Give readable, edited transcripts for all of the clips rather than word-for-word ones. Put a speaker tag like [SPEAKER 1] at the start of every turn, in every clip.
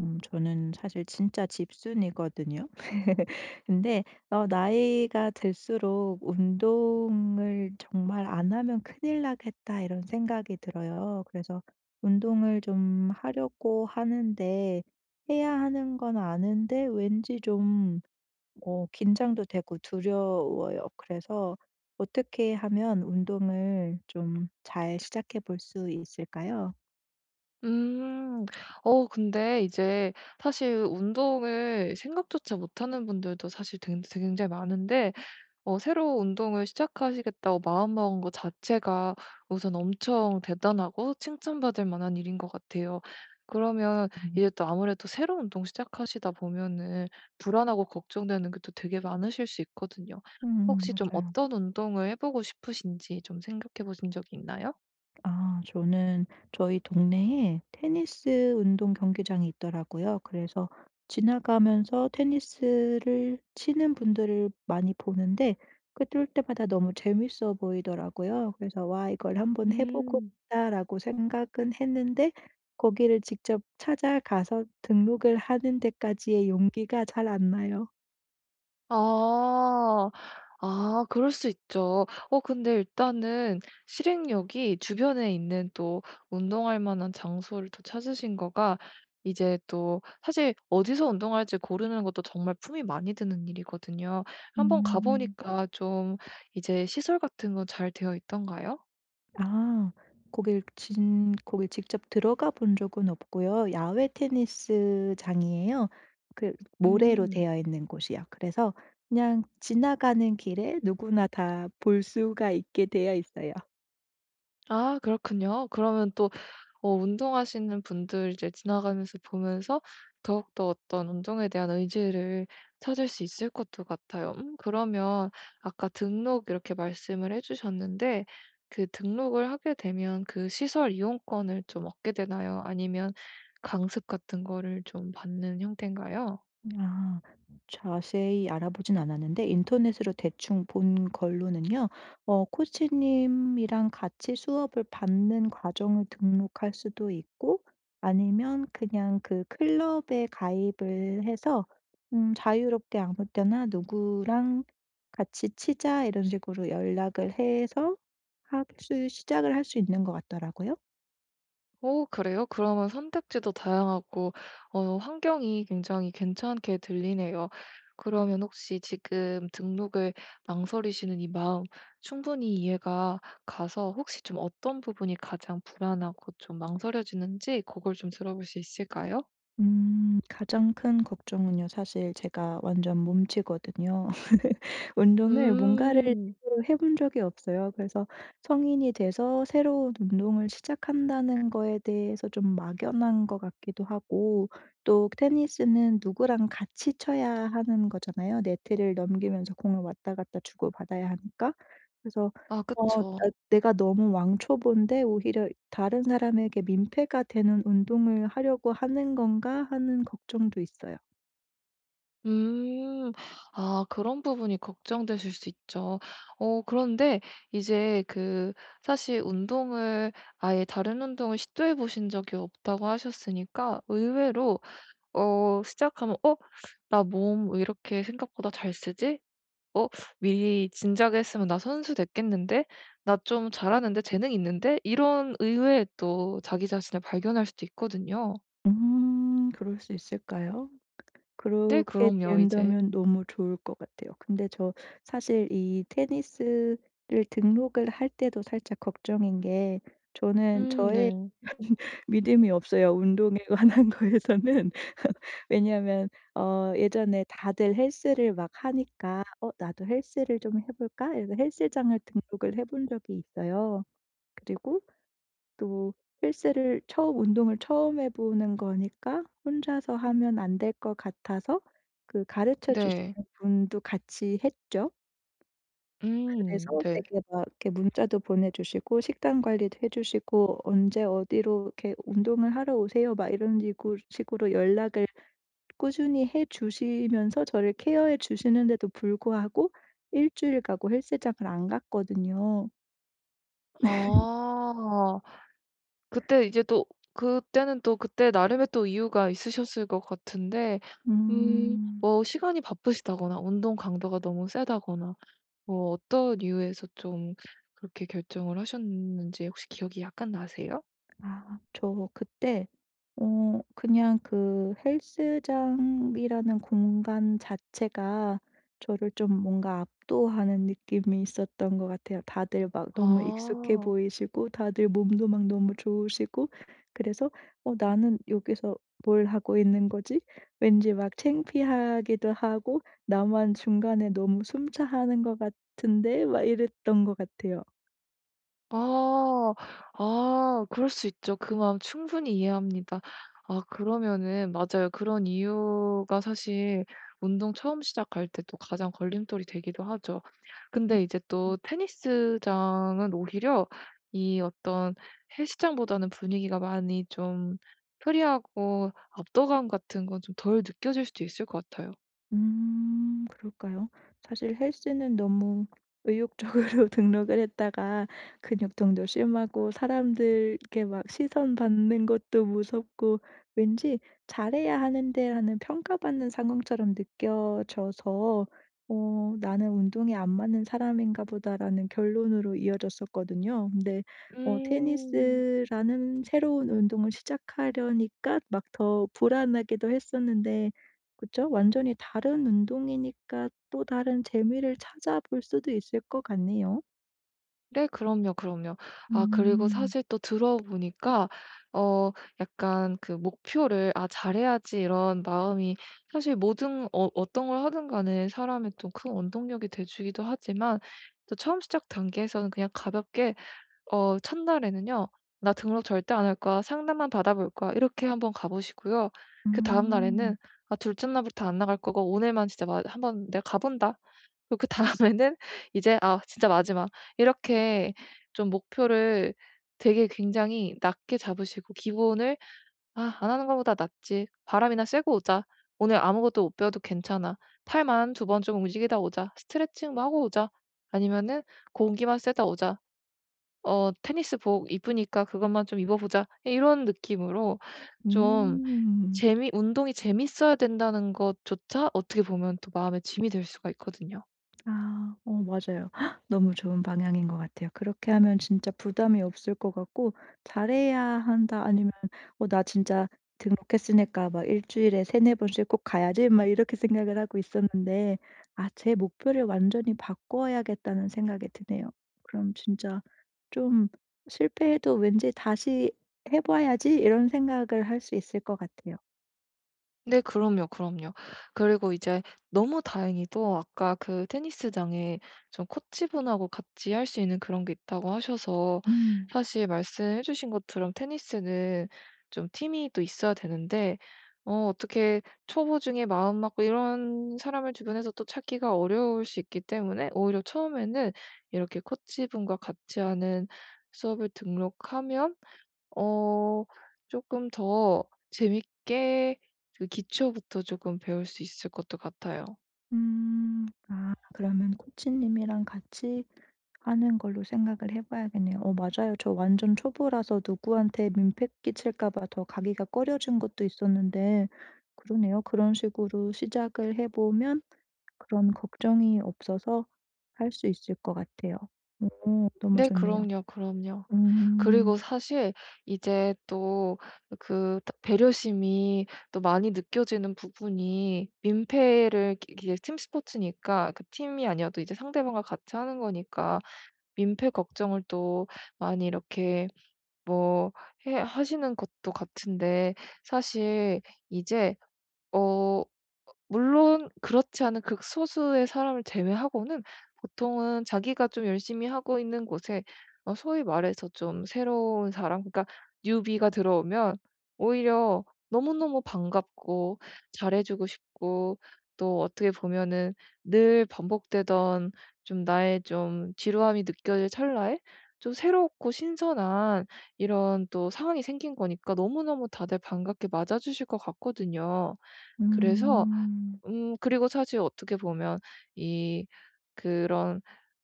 [SPEAKER 1] 저는 사실 진짜 집순이거든요. 근데 나이가 들수록 '운동을 정말 안 하면 큰일 나겠다.' 이런 생각이 들어요. 그래서 운동을 좀 하려고 하는데 해야 하는 건 아는데 왠지 좀 긴장도 되고 두려워요. 그래서 어떻게 하면 운동을 좀 잘 시작해 볼 수 있을까요?
[SPEAKER 2] 음. 근데 이제 사실 운동을 생각조차 못하는 분들도 사실 굉 굉장히 많은데, 새로 운동을 시작하시겠다고 마음먹은 거 자체가 우선 엄청 대단하고 칭찬받을 만한 일인 것 같아요. 그러면
[SPEAKER 1] 음.
[SPEAKER 2] 이제 또 아무래도 새로운 운동 시작하시다 보면은 불안하고 걱정되는 게 또 되게 많으실 수 있거든요. 혹시 좀
[SPEAKER 1] 맞아요.
[SPEAKER 2] 어떤 운동을 해 보고 싶으신지 좀 생각해 보신 적이 있나요?
[SPEAKER 1] 아 저는 저희 동네에 테니스 운동 경기장이 있더라고요. 그래서 지나가면서 테니스를 치는 분들을 많이 보는데 그 뛸 때마다 너무 재밌어 보이더라고요. 그래서 '와 이걸 한번 해 보고
[SPEAKER 2] 음.
[SPEAKER 1] 싶다.'라고 생각은 했는데 거기를 직접 찾아가서 등록을 하는 데까지의 용기가 잘 안 나요.
[SPEAKER 2] 아. 아, 그럴 수 있죠. 근데 일단은 실행력이 주변에 있는, 또 운동할 만한 장소를 또 찾으신 거가 이제 또 사실, 어디서 운동할지 고르는 것도 정말 품이 많이 드는 일이거든요. 한번 가
[SPEAKER 1] 음.
[SPEAKER 2] 보니까 좀 이제 시설 같은 건 잘 되어 있던가요?
[SPEAKER 1] 아. 거길 직접 들어가 본 적은 없고요. 야외 테니스장이에요. 그 모래로
[SPEAKER 2] 음.
[SPEAKER 1] 되어 있는 곳이요. 그래서 그냥 지나가는 길에 누구나 다 볼 수가 있게 되어 있어요.
[SPEAKER 2] 아, 그렇군요. 그러면 또 운동하시는 분들 이제 지나가면서 보면서 더욱더 어떤 운동에 대한 의지를 찾을 수 있을 것도 같아요. 그러면 아까 등록 이렇게 말씀을 해 주셨는데, 그 등록을 하게 되면 그 시설 이용권을 좀 얻게 되나요? 아니면 강습 같은 거를 좀 받는 형태인가요?
[SPEAKER 1] 아. 자세히 알아보진 않았는데 인터넷으로 대충 본 걸로는요. 코치님이랑 같이 수업을 받는 과정을 등록할 수도 있고 아니면 그냥 그 클럽에 가입을 해서 자유롭게 아무 때나 "누구랑 같이 치자." 이런 식으로 연락을 해서 학습 시작을 할 수 있는 것 같더라고요.
[SPEAKER 2] 오, 그래요? 그러면 선택지도 다양하고, 환경이 굉장히 괜찮게 들리네요. 그러면 혹시 지금 등록을 망설이시는 이 마음 충분히 이해가 가서, 혹시 좀 어떤 부분이 가장 불안하고 좀 망설여지는지 그걸 좀 들어볼 수 있을까요?
[SPEAKER 1] 가장 큰 걱정은요 사실 제가 완전 몸치거든요. 운동을 뭔가를
[SPEAKER 2] 음,
[SPEAKER 1] 제대로 해본 적이 없어요. 그래서 성인이 돼서 새로운 운동을 시작한다는 거에 대해서 좀 막연한 것 같기도 하고 또 테니스는 누구랑 같이 쳐야 하는 거잖아요. 네트를 넘기면서 공을 왔다 갔다 주고 받아야 하니까. 그래서
[SPEAKER 2] 아,
[SPEAKER 1] 어
[SPEAKER 2] 그쵸.
[SPEAKER 1] 나 내가 너무 왕초보인데 '오히려 다른 사람에게 민폐가 되는 운동을 하려고 하는 건가?' 하는 걱정도 있어요.
[SPEAKER 2] 음. 아, 그런 부분이 걱정되실 수 있죠. 그런데 이제 그 사실 운동을 아예 다른 운동을 시도해 보신 적이 없다고 하셨으니까, 의외로 시작하면 '어 나 몸 왜 이렇게 생각보다 잘 쓰지? 어 미리 진작에 했으면 나 선수 됐겠는데? 나 좀 잘하는데? 재능 있는데?' 이런 의외의 또 자기 자신을 발견할 수도 있거든요.
[SPEAKER 1] 음. 그럴 수 있을까요?
[SPEAKER 2] 네,
[SPEAKER 1] 그렇게
[SPEAKER 2] 그럼요 이제.
[SPEAKER 1] 된다면 너무 좋을 것 같아요. 근데 저 사실 이 테니스를 등록을 할 때도 살짝 걱정인 게 저는 저의
[SPEAKER 2] 네.
[SPEAKER 1] 믿음이 없어요, 운동에 관한 거에서는. 왜냐하면 예전에 다들 헬스를 막 하니까 '어 나도 헬스를 좀 해 볼까?' 이래서 헬스장을 등록을 해본 적이 있어요. 그리고 또 헬스를 처음 운동을 처음 해 보는 거니까 혼자서 하면 안 될 것 같아서 그 가르쳐
[SPEAKER 2] 네.
[SPEAKER 1] 주시는 분도 같이 했죠. 그래서
[SPEAKER 2] 음. 네.
[SPEAKER 1] 되게 막 이렇게 문자도 보내 주시고 식단 관리도 해 주시고 "언제 어디로 이렇게 운동을 하러 오세요." 막 이런 식으로 연락을 꾸준히 해 주시면서 저를 케어해 주시는데도 불구하고 1주일 가고 헬스장을 안 갔거든요.
[SPEAKER 2] 아. 그때 이제 또, 그때는 또 그때 나름의 또 이유가 있으셨을 것 같은데,
[SPEAKER 1] 음.
[SPEAKER 2] 뭐 시간이 바쁘시다거나 운동 강도가 너무 세다거나, 뭐 어떤 이유에서 좀 그렇게 결정을 하셨는지 혹시 기억이 약간 나세요?
[SPEAKER 1] 아 저 그때 그냥 그 헬스장이라는 공간 자체가 저를 좀 뭔가 압도하는 느낌이 있었던 것 같아요. 다들 막 너무 익숙해
[SPEAKER 2] 아.
[SPEAKER 1] 보이시고 다들 몸도 막 너무 좋으시고 그래서 ' 나는 여기서 뭘 하고 있는 거지?' 왠지 막 창피하기도 하고 '나만 중간에 너무 숨차하는 것 같은데?' 막 이랬던 것 같아요.
[SPEAKER 2] 아. 아, 그럴 수 있죠. 그 마음 충분히 이해합니다. 아, 그러면은 맞아요. 그런 이유가 사실 운동 처음 시작할 때 또 가장 걸림돌이 되기도 하죠. 근데 이제 또 테니스장은 오히려 이 어떤 헬스장보다는 분위기가 많이 좀 프리하고 압도감 같은 건 좀 덜 느껴질 수도 있을 것 같아요.
[SPEAKER 1] 그럴까요? 사실 헬스는 너무 의욕적으로 등록을 했다가 근육통도 심하고 사람들 이렇게 막 시선 받는 것도 무섭고 왠지 '잘해야 하는데.'라는 평가받는 상황처럼 느껴져서 '나는 운동에 안 맞는 사람인가 보다.'라는 결론으로 이어졌었거든요. 근데
[SPEAKER 2] 음.
[SPEAKER 1] 테니스라는 새로운 운동을 시작하려니까 막 더 불안하기도 했었는데 그쵸. 완전히 다른 운동이니까 또 다른 재미를 찾아볼 수도 있을 것 같네요.
[SPEAKER 2] 네. 그럼요, 그럼요. 아, 그리고
[SPEAKER 1] 음.
[SPEAKER 2] 사실 또 들어보니까, 어 약간 그 목표를 '아 잘해야지.' 이런 마음이 사실 모든, 어떤 걸 하든 간에 사람의 또 큰 원동력이 돼 주기도 하지만, 또 처음 시작 단계에서는 그냥 가볍게, 첫날에는요, '나 등록 절대 안 할 거야. 상담만 받아볼 거야.' 이렇게 한번 가 보시고요. 그다음
[SPEAKER 1] 음.
[SPEAKER 2] 날에는 '아 둘째 날부터 안 나갈 거고 오늘만 진짜 마 한번 내가 가 본다.' 그리고 그다음에는 이제 아 진짜 마지막. 이렇게 좀 목표를 되게 굉장히 낮게 잡으시고, 기본을 '아 안 하는 것보다 낫지. 바람이나 쐬고 오자. 오늘 아무것도 못 배워도 괜찮아. 팔만 두 번 좀 움직이다 오자. 스트레칭 뭐 하고 오자. 아니면은 공기만 쐬다 오자. 어 테니스복 이쁘니까 그것만 좀 입어 보자.' 이런 느낌으로, 좀,
[SPEAKER 1] 음.
[SPEAKER 2] 재미, 운동이 재밌어야 된다는 것조차 어떻게 보면 또 마음의 짐이 될 수가 있거든요.
[SPEAKER 1] 아. 맞아요. 너무 좋은 방향인 것 같아요. 그렇게 하면 진짜 부담이 없을 것 같고 '잘해야 한다.' 아니면 ' 나 진짜 등록했으니까 막 일 주일에 세네 번씩 꼭 가야지.' 막 이렇게 생각을 하고 있었는데 아 제 목표를 완전히 바꿔야겠다는 생각이 드네요. 그럼 진짜 좀 실패해도 왠지 '다시 해 봐야지.' 이런 생각을 할 수 있을 것 같아요.
[SPEAKER 2] 네, 그럼요, 그럼요. 그리고 이제 너무 다행히도 아까 그 테니스장에 좀 코치분하고 같이 할 수 있는 그런 게 있다고 하셔서,
[SPEAKER 1] 음.
[SPEAKER 2] 사실 말씀해 주신 것처럼 테니스는 좀 팀이 또 있어야 되는데, 어떻게 초보 중에 마음 맞고 이런 사람을 주변에서 또 찾기가 어려울 수 있기 때문에, 오히려 처음에는 이렇게 코치분과 같이 하는 수업을 등록하면, 어 조금 더 재밌게 그 기초부터 조금 배울 수 있을 것도 같아요.
[SPEAKER 1] 음. 아 그러면 코치님이랑 같이 하는 걸로 생각을 해 봐야겠네요. 맞아요. 저 완전 초보라서 누구한테 민폐 끼칠까 봐 더 가기가 꺼려진 것도 있었는데 그러네요. 그런 식으로 시작을 해 보면 그런 걱정이 없어서 할 수 있을 것 같아요. 오 너무
[SPEAKER 2] 네,
[SPEAKER 1] 좋네요.
[SPEAKER 2] 그럼요, 그럼요. 그리고
[SPEAKER 1] 음.
[SPEAKER 2] 사실 이제 또 그 배려심이 또 많이 느껴지는 부분이, 민폐를, 이이팀 스포츠니까 그 팀이 아니어도 이제 상대방과 같이 하는 거니까 민폐 걱정을 또 많이 이렇게 뭐 해 하시는 것도 같은데, 사실 이제 어 물론 그렇지 않은 극소수의 사람을 제외하고는, 보통은 자기가 좀 열심히 하고 있는 곳에 소위 말해서 좀 새로운 사람, 그러니까 뉴비가 들어오면 오히려 너무너무 반갑고 잘해 주고 싶고, 또 어떻게 보면은 늘 반복되던 좀 나의 좀 지루함이 느껴질 찰나에 좀 새롭고 신선한 이런 또 상황이 생긴 거니까 너무너무 다들 반갑게 맞아 주실 것 같거든요. 그래서,
[SPEAKER 1] 음.
[SPEAKER 2] 그리고 사실 어떻게 보면 이 그런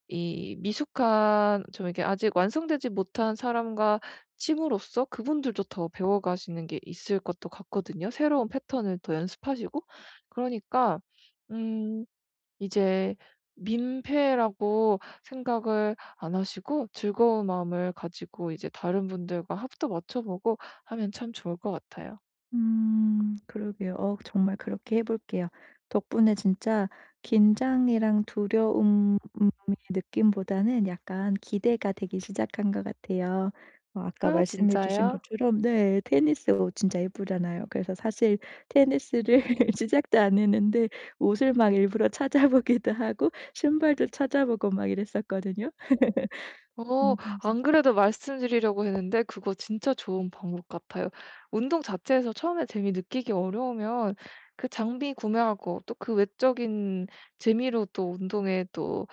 [SPEAKER 2] 이 미숙한 좀 이렇게 아직 완성되지 못한 사람과 침으로써 그분들도 더 배워 가시는 게 있을 것도 같거든요. 새로운 패턴을 더 연습하시고. 그러니까, 음 이제 민폐라고 생각을 안 하시고 즐거운 마음을 가지고 이제 다른 분들과 합도 맞춰 보고 하면 참 좋을 것 같아요.
[SPEAKER 1] 그러게요. 정말 그렇게 해 볼게요. 덕분에 진짜 긴장이랑 두려움의 느낌보다는 약간 기대가 되기 시작한 것 같아요. 아까
[SPEAKER 2] 아
[SPEAKER 1] 말씀해 주신
[SPEAKER 2] 진짜요?
[SPEAKER 1] 것처럼 네 테니스 옷 진짜 예쁘잖아요. 그래서 사실 테니스를 시작도 안 했는데 옷을 막 일부러 찾아보기도 하고 신발도 찾아보고 막 이랬었거든요.
[SPEAKER 2] 어.
[SPEAKER 1] 그래서
[SPEAKER 2] 안 그래도 말씀드리려고 했는데 그거 진짜 좋은 방법 같아요. 운동 자체에서 처음에 재미 느끼기 어려우면 그 장비 구매하고 또 그 외적인 재미로 또 운동에, 또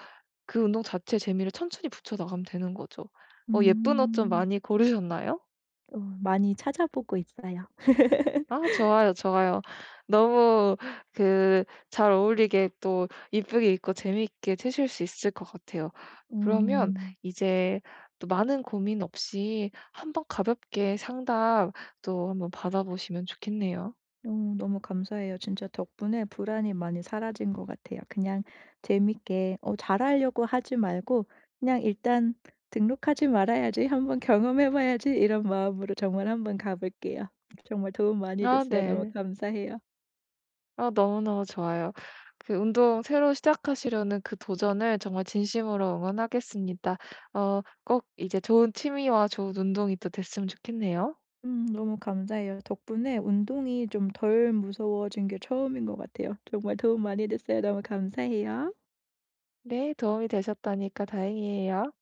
[SPEAKER 2] 그 운동 자체 재미를 천천히 붙여 나가면 되는 거죠. 예쁜 옷 좀
[SPEAKER 1] 음.
[SPEAKER 2] 많이 고르셨나요?
[SPEAKER 1] 많이 찾아보고 있어요.
[SPEAKER 2] 아, 좋아요, 좋아요. 너무 그 잘 어울리게 또 이쁘게 입고 재미있게 채실 수 있을 것 같아요. 그러면
[SPEAKER 1] 음.
[SPEAKER 2] 이제 또 많은 고민 없이 한번 가볍게 상담 또 한번 받아보시면 좋겠네요.
[SPEAKER 1] 너무 감사해요. 진짜 덕분에 불안이 많이 사라진 것 같아요. 그냥 재밌게 잘하려고 하지 말고 그냥 '일단 등록하지 말아야지. 한번 경험해 봐야지.' 이런 마음으로 정말 한번 가 볼게요. 정말 도움 많이
[SPEAKER 2] 아,
[SPEAKER 1] 됐어요. 너무
[SPEAKER 2] 네.
[SPEAKER 1] 감사해요.
[SPEAKER 2] 아 너무너무 좋아요. 그 운동 새로 시작하시려는 그 도전을 정말 진심으로 응원하겠습니다. 꼭 이제 좋은 취미와 좋은 운동이 또 됐으면 좋겠네요.
[SPEAKER 1] 너무 감사해요. 덕분에 운동이 좀 덜 무서워진 게 처음인 것 같아요. 정말 도움 많이 됐어요. 너무 감사해요.
[SPEAKER 2] 네, 도움이 되셨다니까 다행이에요.